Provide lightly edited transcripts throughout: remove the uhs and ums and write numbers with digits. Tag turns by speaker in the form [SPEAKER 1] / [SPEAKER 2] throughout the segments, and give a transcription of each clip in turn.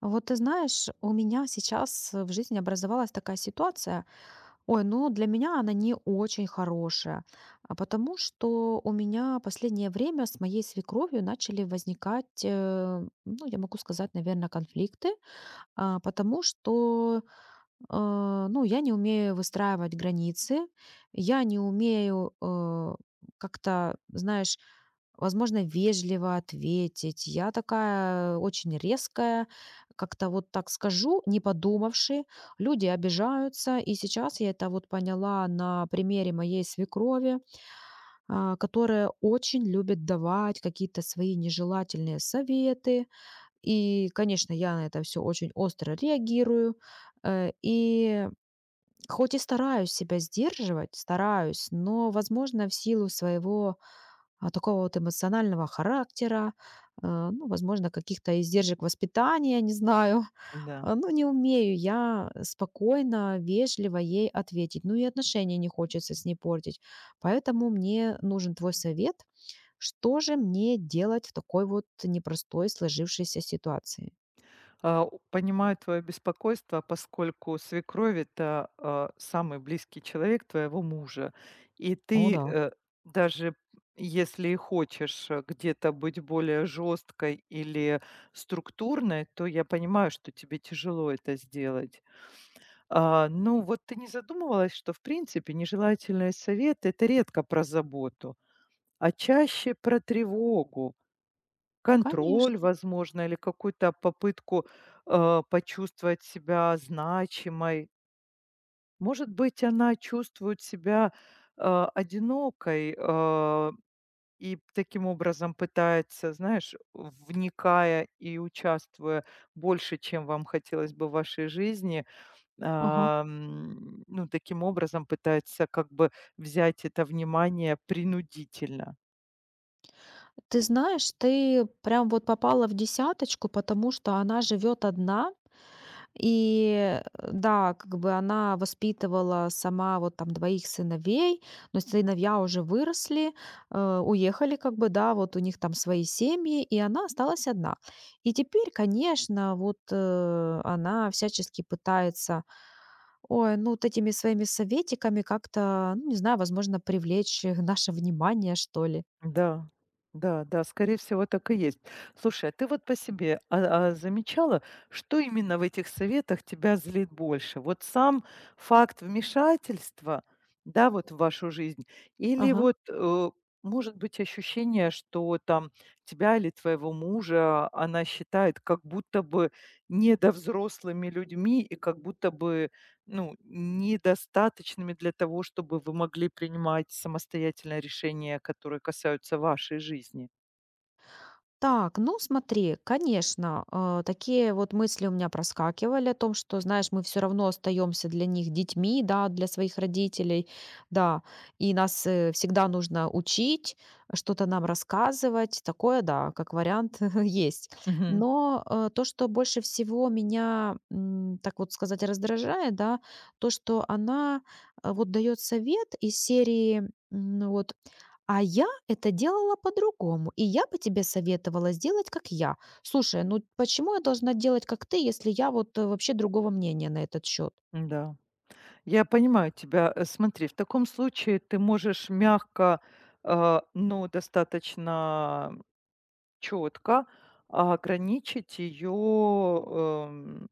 [SPEAKER 1] Вот ты знаешь, у меня сейчас в жизни образовалась такая ситуация. Ой, ну для меня она не очень хорошая, а потому что у меня последнее время с моей свекровью начали возникать, ну я могу сказать, наверное, конфликты, потому что, ну я не умею выстраивать границы, я не умею как-то, знаешь, возможно, вежливо ответить. Я такая очень резкая, как-то вот так скажу, не подумавши. Люди обижаются, и сейчас я это вот поняла на примере моей свекрови, которая очень любит давать какие-то свои нежелательные советы. И, конечно, я на это все очень остро реагирую. И хоть и стараюсь себя сдерживать, стараюсь, но, возможно, в силу своего такого вот эмоционального характера, ну, возможно, каких-то издержек воспитания, не знаю.
[SPEAKER 2] Да.
[SPEAKER 1] А, ну, не умею я спокойно, вежливо ей ответить. Ну, и отношения не хочется с ней портить. Поэтому мне нужен твой совет. Что же мне делать в такой вот непростой сложившейся ситуации?
[SPEAKER 2] У понимаю твое беспокойство, поскольку свекровь — это, самый близкий человек твоего мужа. И
[SPEAKER 1] О
[SPEAKER 2] ты,
[SPEAKER 1] да,
[SPEAKER 2] даже если и хочешь, где-то быть более жесткой или структурной, то я понимаю, что тебе тяжело это сделать. Ну, вот ты не задумывалась, что, в принципе, нежелательные советы — это редко про заботу, а чаще про тревогу. Контроль,
[SPEAKER 1] конечно.
[SPEAKER 2] возможно, или какую-то попытку, почувствовать себя значимой. Может быть, она чувствует себя, одинокой, и таким образом пытается, знаешь, вникая и участвуя больше, чем вам хотелось бы в вашей жизни,
[SPEAKER 1] Ага.
[SPEAKER 2] ну, таким образом пытается как бы взять это внимание принудительно.
[SPEAKER 1] Ты знаешь, ты прям вот попала в десяточку, потому что она живет одна, и, да, как бы она воспитывала сама вот там двоих сыновей, но сыновья уже выросли, уехали как бы, да, вот у них там свои семьи, и она осталась одна. И теперь, конечно, вот, она всячески пытается, ой, ну, вот этими своими советиками как-то, ну, не знаю, возможно, привлечь, наше внимание, что ли.
[SPEAKER 2] Да, да, да, скорее всего, так и есть. Слушай, а ты вот по себе, замечала, что именно в этих советах тебя злит больше? Вот сам факт вмешательства, да, вот в вашу жизнь, или
[SPEAKER 1] Ага.
[SPEAKER 2] вот, может быть, ощущение, что там тебя или твоего мужа она считает как будто бы недовзрослыми людьми и как будто бы ну, недостаточными для того, чтобы вы могли принимать самостоятельное решения, которые касаются вашей жизни.
[SPEAKER 1] Так, ну смотри, конечно, такие вот мысли у меня проскакивали о том, что, знаешь, мы все равно остаемся для них детьми, да, для своих родителей, да, и нас всегда нужно учить, что-то нам рассказывать, такое, да, как вариант есть.
[SPEAKER 2] Мгм.
[SPEAKER 1] Но то, что больше всего меня, так вот сказать, раздражает, да, то, что она вот дает совет из серии, ну вот, а я это делала по-другому, и я бы тебе советовала сделать, как я. Слушай, ну почему я должна делать, как ты, если я вот вообще другого мнения на этот счет?
[SPEAKER 2] Да, я понимаю тебя. Смотри, в таком случае ты можешь мягко, но достаточно четко ограничить ее,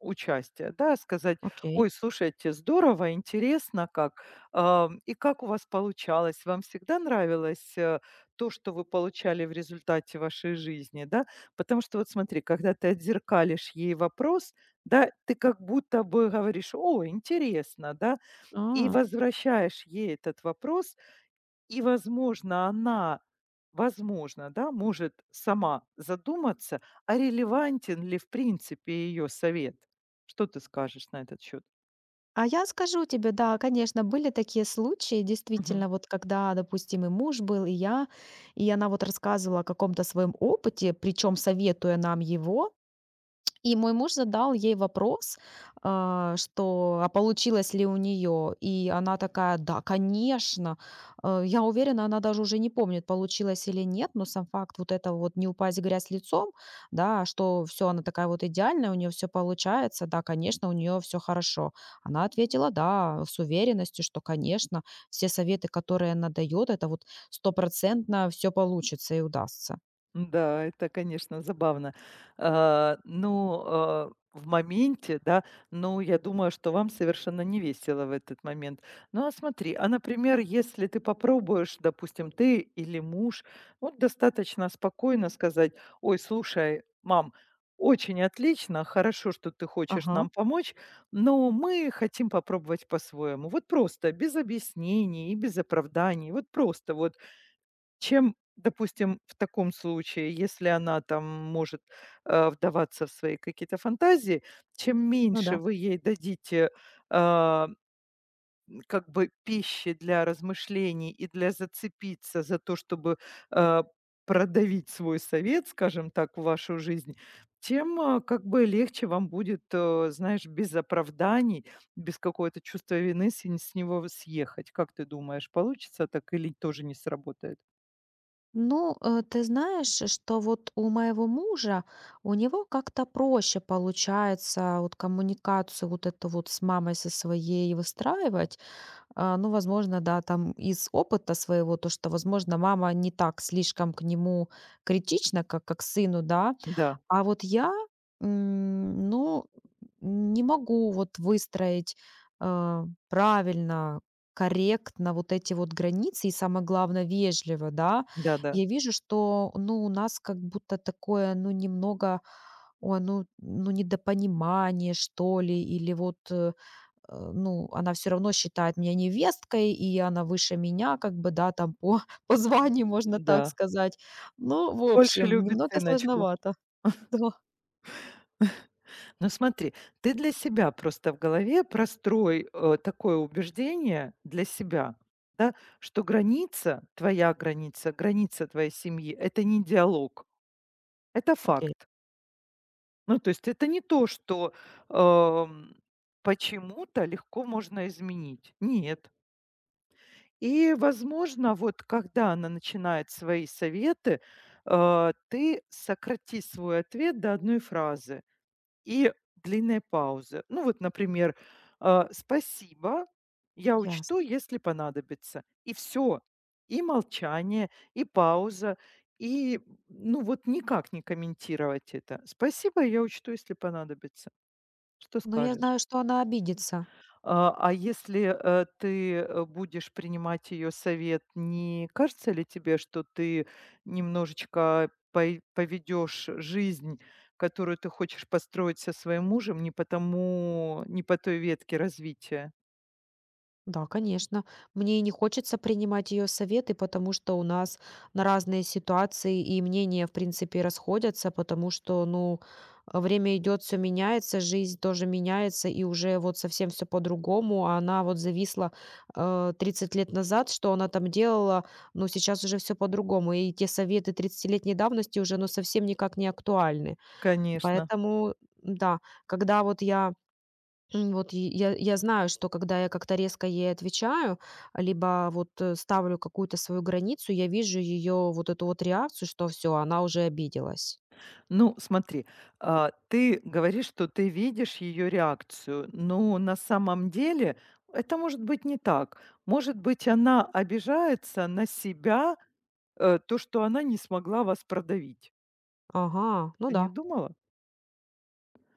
[SPEAKER 2] участие, да, сказать: "Ой,
[SPEAKER 1] Окей.
[SPEAKER 2] слушайте, здорово, интересно как. И как у вас получалось? Вам всегда нравилось, то, что вы получали в результате вашей жизни?" Да, потому что вот смотри, когда ты отзеркалишь ей вопрос, да, ты как будто бы говоришь: "О, интересно", да, и
[SPEAKER 1] А,
[SPEAKER 2] возвращаешь ей этот вопрос и, возможно, она, возможно, да, может сама задуматься, а релевантен ли в принципе ее совет. Что ты скажешь на этот счет?
[SPEAKER 1] А я скажу тебе, да, конечно, были такие случаи, действительно, вот когда, допустим, и муж был, и я, и она вот рассказывала о каком-то своем опыте, причем советуя нам его, и мой муж задал ей вопрос, что: "А получилось ли у нее, и она такая: "Да, конечно". Я уверена, она даже уже не помнит, получилось или нет, но сам факт вот этого вот не упасть в грязь лицом, да, что все, она такая вот идеальная, у нее все получается, да, конечно, у нее все хорошо. Она ответила: "Да", с уверенностью, что, конечно, все советы, которые она дает, это вот стопроцентно все получится и удастся.
[SPEAKER 2] Да, это, конечно, забавно. Ну, в моменте, да, ну, я думаю, что вам совершенно не весело в этот момент. Ну, смотри, например, если ты попробуешь, допустим, ты или муж, вот достаточно спокойно сказать, ой, слушай, мам, очень отлично, хорошо, что ты хочешь
[SPEAKER 1] Ага,
[SPEAKER 2] нам помочь, но мы хотим попробовать по-своему. Вот просто, без объяснений и без оправданий, вот просто вот чем, допустим, в таком случае, если она там может, вдаваться в свои какие-то фантазии, чем
[SPEAKER 1] ну
[SPEAKER 2] меньше
[SPEAKER 1] да.
[SPEAKER 2] вы ей дадите, а, как бы пищи для размышлений и для зацепиться за то, чтобы, а, продавить свой совет, скажем так, в вашу жизнь, тем, как бы легче вам будет, знаешь, без оправданий, без какого-то чувства вины с него съехать. Как ты думаешь, получится так или тоже не сработает?
[SPEAKER 1] Ну, ты знаешь, что вот у моего мужа, у него как-то проще получается вот коммуникацию вот эту вот с мамой со своей выстраивать. Ну, возможно, да, там из опыта своего, то, что, возможно, мама не так слишком к нему критична, как к сыну, да,
[SPEAKER 2] Да.
[SPEAKER 1] а вот я, ну, не могу вот выстроить, э, правильно, корректно вот эти вот границы и, самое главное, вежливо, да.
[SPEAKER 2] Да-да,
[SPEAKER 1] Я вижу, что, ну, у нас как будто такое, ну, немного, ой, ну, недопонимание, что ли, или вот, ну, она все равно считает меня невесткой, и она выше меня, как бы, да, там по по званию, можно так
[SPEAKER 2] да.
[SPEAKER 1] сказать. Ну, в
[SPEAKER 2] Больше
[SPEAKER 1] общем,
[SPEAKER 2] любит
[SPEAKER 1] немного
[SPEAKER 2] сыночку.
[SPEAKER 1] сложновато. Да.
[SPEAKER 2] Ну смотри, ты для себя просто в голове прострой, такое убеждение для себя, да, что граница, твоя граница, граница твоей семьи — это не диалог, это
[SPEAKER 1] Окей,
[SPEAKER 2] факт. Ну, то есть это не то, что, эм, почему-то легко можно изменить. Нет. И, возможно, вот когда она начинает свои советы, ты сократи свой ответ до одной фразы. И длинные паузы. Ну вот, например, "Спасибо, я учту,
[SPEAKER 1] ясно.
[SPEAKER 2] если понадобится". И все, и молчание, и пауза, и, ну, вот никак не комментировать это. "Спасибо, я учту, если понадобится". Что
[SPEAKER 1] Но я
[SPEAKER 2] скажешь?
[SPEAKER 1] знаю, что она обидится.
[SPEAKER 2] А если, ты, будешь принимать ее совет, не кажется ли тебе, что ты немножечко пой поведёшь жизнь, которую ты хочешь построить со своим мужем, не потому, не по той ветке развития?
[SPEAKER 1] Да, конечно. Мне и не хочется принимать ее советы, потому что у нас на разные ситуации и мнения, в принципе, расходятся, потому что, ну, время идет, все меняется, жизнь тоже меняется, и уже вот совсем все по-другому. А она вот зависла 30 лет назад, что она там делала, но сейчас уже все по-другому. И те советы 30-летней давности уже, ну, совсем никак не актуальны.
[SPEAKER 2] Конечно.
[SPEAKER 1] Поэтому, да, когда вот я М, вот и я знаю, что когда я как-то резко ей отвечаю, либо вот ставлю какую-то свою границу, я вижу ее вот эту вот реакцию, что все, она уже обиделась.
[SPEAKER 2] Ну, смотри, ты говоришь, что ты видишь ее реакцию, но на самом деле это может быть не так. Может быть, она обижается на себя. То, что она не смогла вас продавить.
[SPEAKER 1] Ага, ну
[SPEAKER 2] Ты
[SPEAKER 1] да,
[SPEAKER 2] не думала?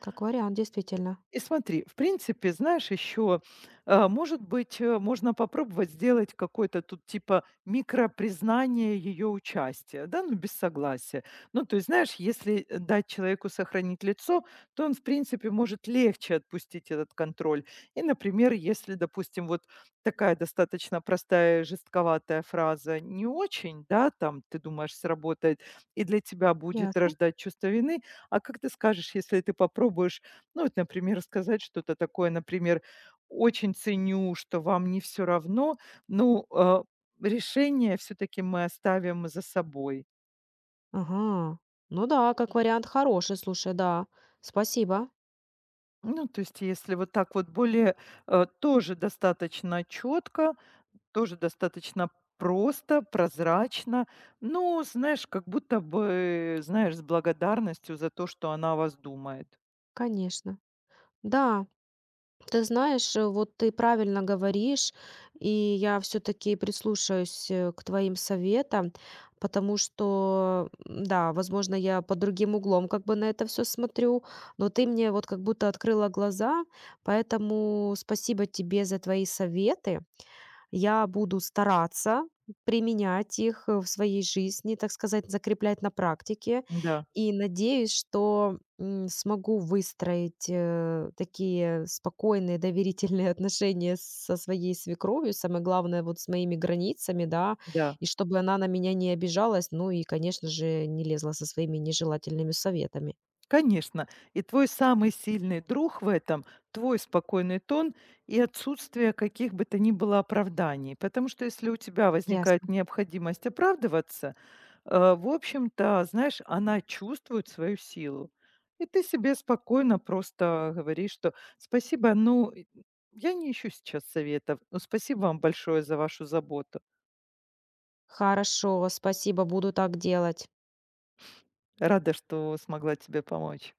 [SPEAKER 1] как вариант, действительно.
[SPEAKER 2] И смотри, в принципе, знаешь, еще, может быть, можно попробовать сделать какое-то тут типа микропризнание ее участия, да, ну, без согласия. Ну, то есть, знаешь, если дать человеку сохранить лицо, то он, в принципе, может легче отпустить этот контроль. И, например, если, допустим, вот такая достаточно простая, жестковатая фраза не очень, да, там, ты думаешь, сработает, и для тебя будет
[SPEAKER 1] Ясно.
[SPEAKER 2] рождать чувство вины, а как ты скажешь, если ты попробуешь ну вот, например, сказать что-то такое, например: "Очень ценю, что вам не все равно, но, решение все таки мы оставим за собой".
[SPEAKER 1] Ага, ну да, как вариант хороший, слушай, да. Спасибо,
[SPEAKER 2] Ну, то есть если вот так вот более, тоже достаточно четко, тоже достаточно просто, прозрачно, ну, знаешь, как будто бы, знаешь, с благодарностью за то, что она о вас думает.
[SPEAKER 1] конечно. Да, ты знаешь, вот ты правильно говоришь, и я все-таки прислушаюсь к твоим советам, потому что, да, возможно, я под другим углом как бы на это все смотрю, но ты мне вот как будто открыла глаза, поэтому спасибо тебе за твои советы. Я буду стараться применять их, в своей жизни, так сказать, закреплять на практике.
[SPEAKER 2] Да,
[SPEAKER 1] И надеюсь, что, смогу выстроить, такие спокойные, доверительные отношения со своей свекровью. Самое главное, вот с моими границами, да,
[SPEAKER 2] да.
[SPEAKER 1] и чтобы она на меня не обижалась, ну и, конечно же, не лезла со своими нежелательными советами.
[SPEAKER 2] Конечно. И твой самый сильный друг в этом — твой спокойный тон и отсутствие каких бы то ни было оправданий. Потому что если у тебя возникает
[SPEAKER 1] Ясно.
[SPEAKER 2] необходимость оправдываться, в общем-то, знаешь, она чувствует свою силу. И ты себе спокойно просто говоришь, что «спасибо, ну, и- я не ищу сейчас советов, но спасибо вам большое за вашу заботу.
[SPEAKER 1] Хорошо, спасибо, буду так делать.
[SPEAKER 2] Рада, что смогла тебе помочь».